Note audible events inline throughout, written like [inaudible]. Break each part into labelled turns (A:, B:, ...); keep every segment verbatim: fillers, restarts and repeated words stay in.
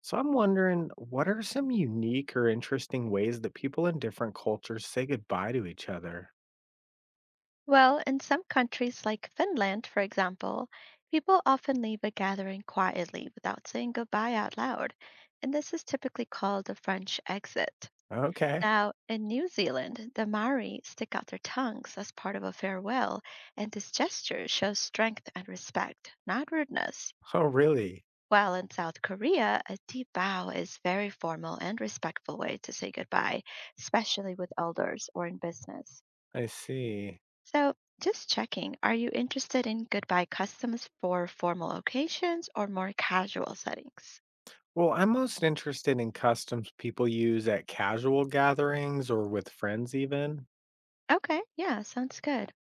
A: So I'm wondering, what are some unique or interesting ways that people in different cultures say goodbye to each other?
B: Well, in some countries like Finland, for example, people often leave a gathering quietly without saying goodbye out loud, and this is typically called the French exit.
A: Okay.
B: Now, in New Zealand, the Maori stick out their tongues as part of a farewell, and this gesture shows strength and respect, not rudeness.
A: Oh, really?
B: While in South Korea, a deep bow is very formal and respectful way to say goodbye, especially with elders or in business.
A: I see.
B: So, just checking, are you interested in goodbye customs for formal occasions or more casual settings?
A: Well, I'm most interested in customs people use at casual gatherings or with friends, even. [laughs]
B: Okay, yeah, sounds good.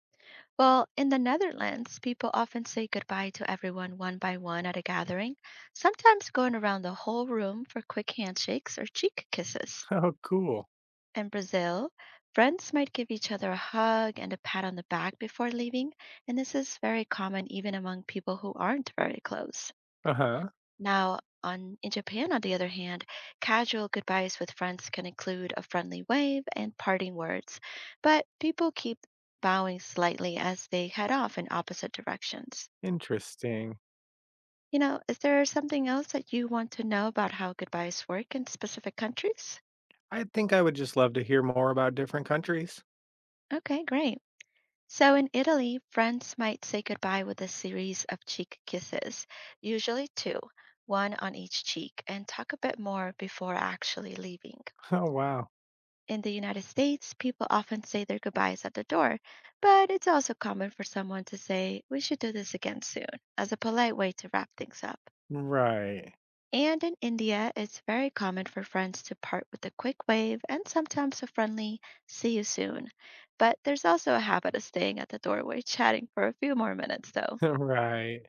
B: Well, in the Netherlands, people often say goodbye to everyone one by one at a gathering, sometimes going around the whole room for quick handshakes or cheek kisses.
A: Oh, cool.
B: In Brazil, friends might give each other a hug and a pat on the back before leaving, and this is very common even among people who aren't very close.
A: Uh huh.
B: Now, on in Japan, on the other hand, casual goodbyes with friends can include a friendly wave and parting words, but people keep bowing slightly as they head off in opposite directions.
A: Interesting.
B: You know, is there something else that you want to know about how goodbyes work in specific countries?
A: I think I would just love to hear more about different countries. [laughs]
B: Okay, great. So in Italy, friends might say goodbye with a series of cheek kisses, usually two, one on each cheek, and talk a bit more before actually leaving.
A: Oh, wow.
B: In the United States, people often say their goodbyes at the door, but it's also common for someone to say, We should do this again soon, as a polite way to wrap things up.
A: Right.
B: And in India, it's very common for friends to part with a quick wave and sometimes a friendly, See you soon. But there's also a habit of staying at the doorway chatting for a few more minutes, though.
A: [laughs] Right.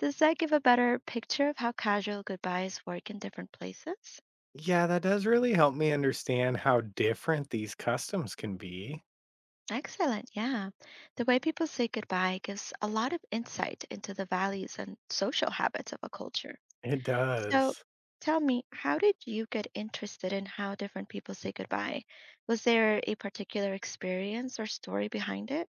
B: Does that give a better picture of how casual goodbyes work in different places?
A: Yeah, that does really help me understand how different these customs can be.
B: Excellent. Yeah. The way people say goodbye gives a lot of insight into the values and social habits of a culture.
A: It
B: So
A: does.
B: tell me, how did you get interested in how different people say goodbye? Was there a particular experience or story behind it?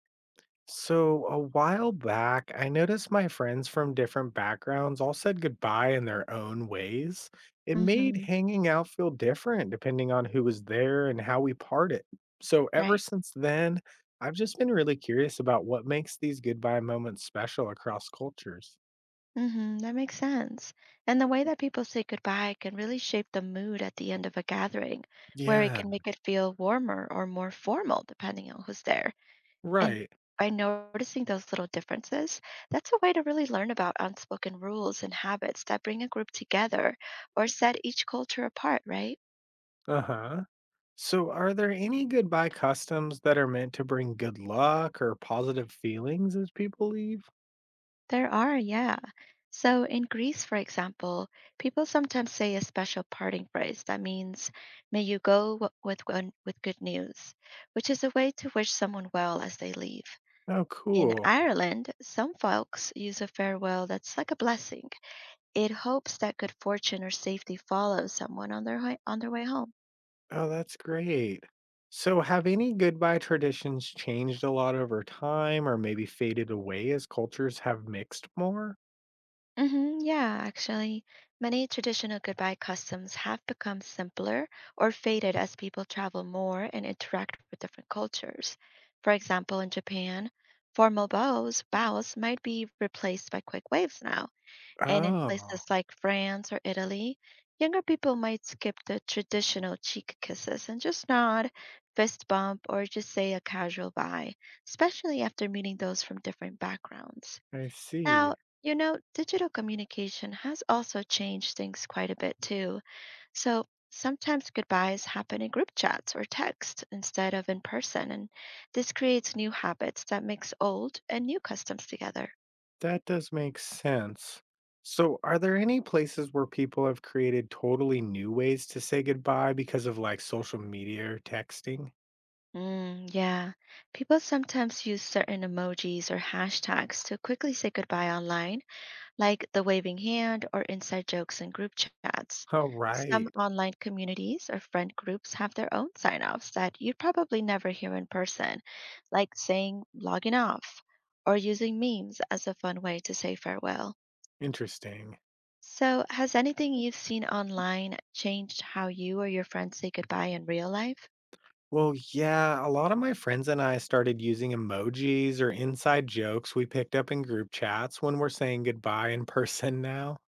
A: So, a while back, I noticed my friends from different backgrounds all said goodbye in their own ways. It made
B: Hmm.
A: hanging out feel different depending on who was there and how we parted. So, ever
B: Right.
A: since then, I've just been really curious about what makes these goodbye moments special across cultures.
B: Hmm that makes sense. And the way that people say goodbye can really shape the mood at the end of a gathering, where it
A: Yeah,
B: can make it feel warmer or more formal, depending on who's there. And
A: right.
B: by noticing those little differences, that's a way to really learn about unspoken rules and habits that bring a group together or set each culture apart, right?
A: Uh huh. So, are there any goodbye customs that are meant to bring good luck or positive feelings as people leave?
B: There are, yeah. So in Greece, for example, people sometimes say a special parting phrase that means, may you go w- with, gon- with good news, which is a way to wish someone well as they leave.
A: Oh,
B: In
A: cool.
B: Ireland, some folks use a farewell that's like a blessing. It hopes that good fortune or safety follows someone on their ho- on their way home.
A: Oh, that's great. So, have any goodbye traditions changed a lot over time or maybe faded away as cultures have mixed more?
B: Hmm, yeah, actually, many traditional goodbye customs have become simpler or faded as people travel more and interact with different cultures. For example, in Japan, formal bows, bows might be replaced by quick waves now. And in
A: Oh,
B: places like France or Italy, younger people might skip the traditional cheek kisses and just nod, fist bump, or just say a casual bye, especially after meeting those from different backgrounds.
A: I
B: Now,
A: see.
B: you know, digital communication has also changed things quite a bit too. So sometimes goodbyes happen in group chats or text instead of in person, and this creates new habits that mix old and new customs together.
A: That does make sense. So, are there any places where people have created totally new ways to say goodbye because of like social media or texting?
B: Mm, yeah. People sometimes use certain emojis or hashtags to quickly say goodbye online, like the waving hand or inside jokes in group chats.
A: Oh,
B: Some
A: right.
B: online communities or friend groups have their own sign-offs that you'd probably never hear in person, like saying logging off or using memes as a fun way to say farewell.
A: Interesting.
B: So, has anything you've seen online changed how you or your friends say goodbye in real life?
A: Well, yeah, a lot of my friends and I started using emojis or inside jokes we picked up in group chats when we're saying goodbye in [laughs] person now.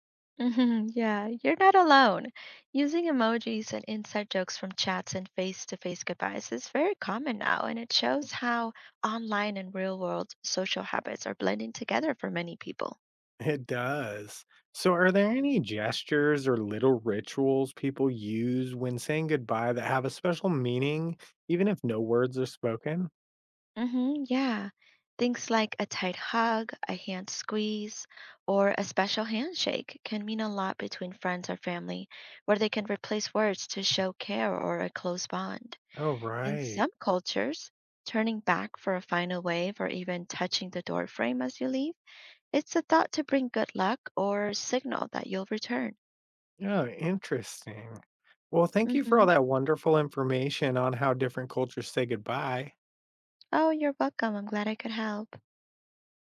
B: Mhm, yeah, you're not alone. Using emojis and inside jokes from chats and face-to-face goodbyes is very common now, and it shows how online and real-world social habits are blending together for many people.
A: It does. So, are there any gestures or little rituals people use when saying goodbye that have a special meaning, even if no words are spoken?
B: Hmm, yeah. Things like a tight hug, a hand squeeze, or a special handshake can mean a lot between friends or family, where they can replace words to show care or a close bond.
A: Oh,
B: In
A: right.
B: some cultures, turning back for a final wave or even touching the door frame as you leave, it's a thought to bring good luck or signal that you'll return.
A: Oh, interesting. Well, thank you for all
B: Hmm.
A: that wonderful information on how different cultures say goodbye.
B: Oh, you're welcome. I'm glad I could help.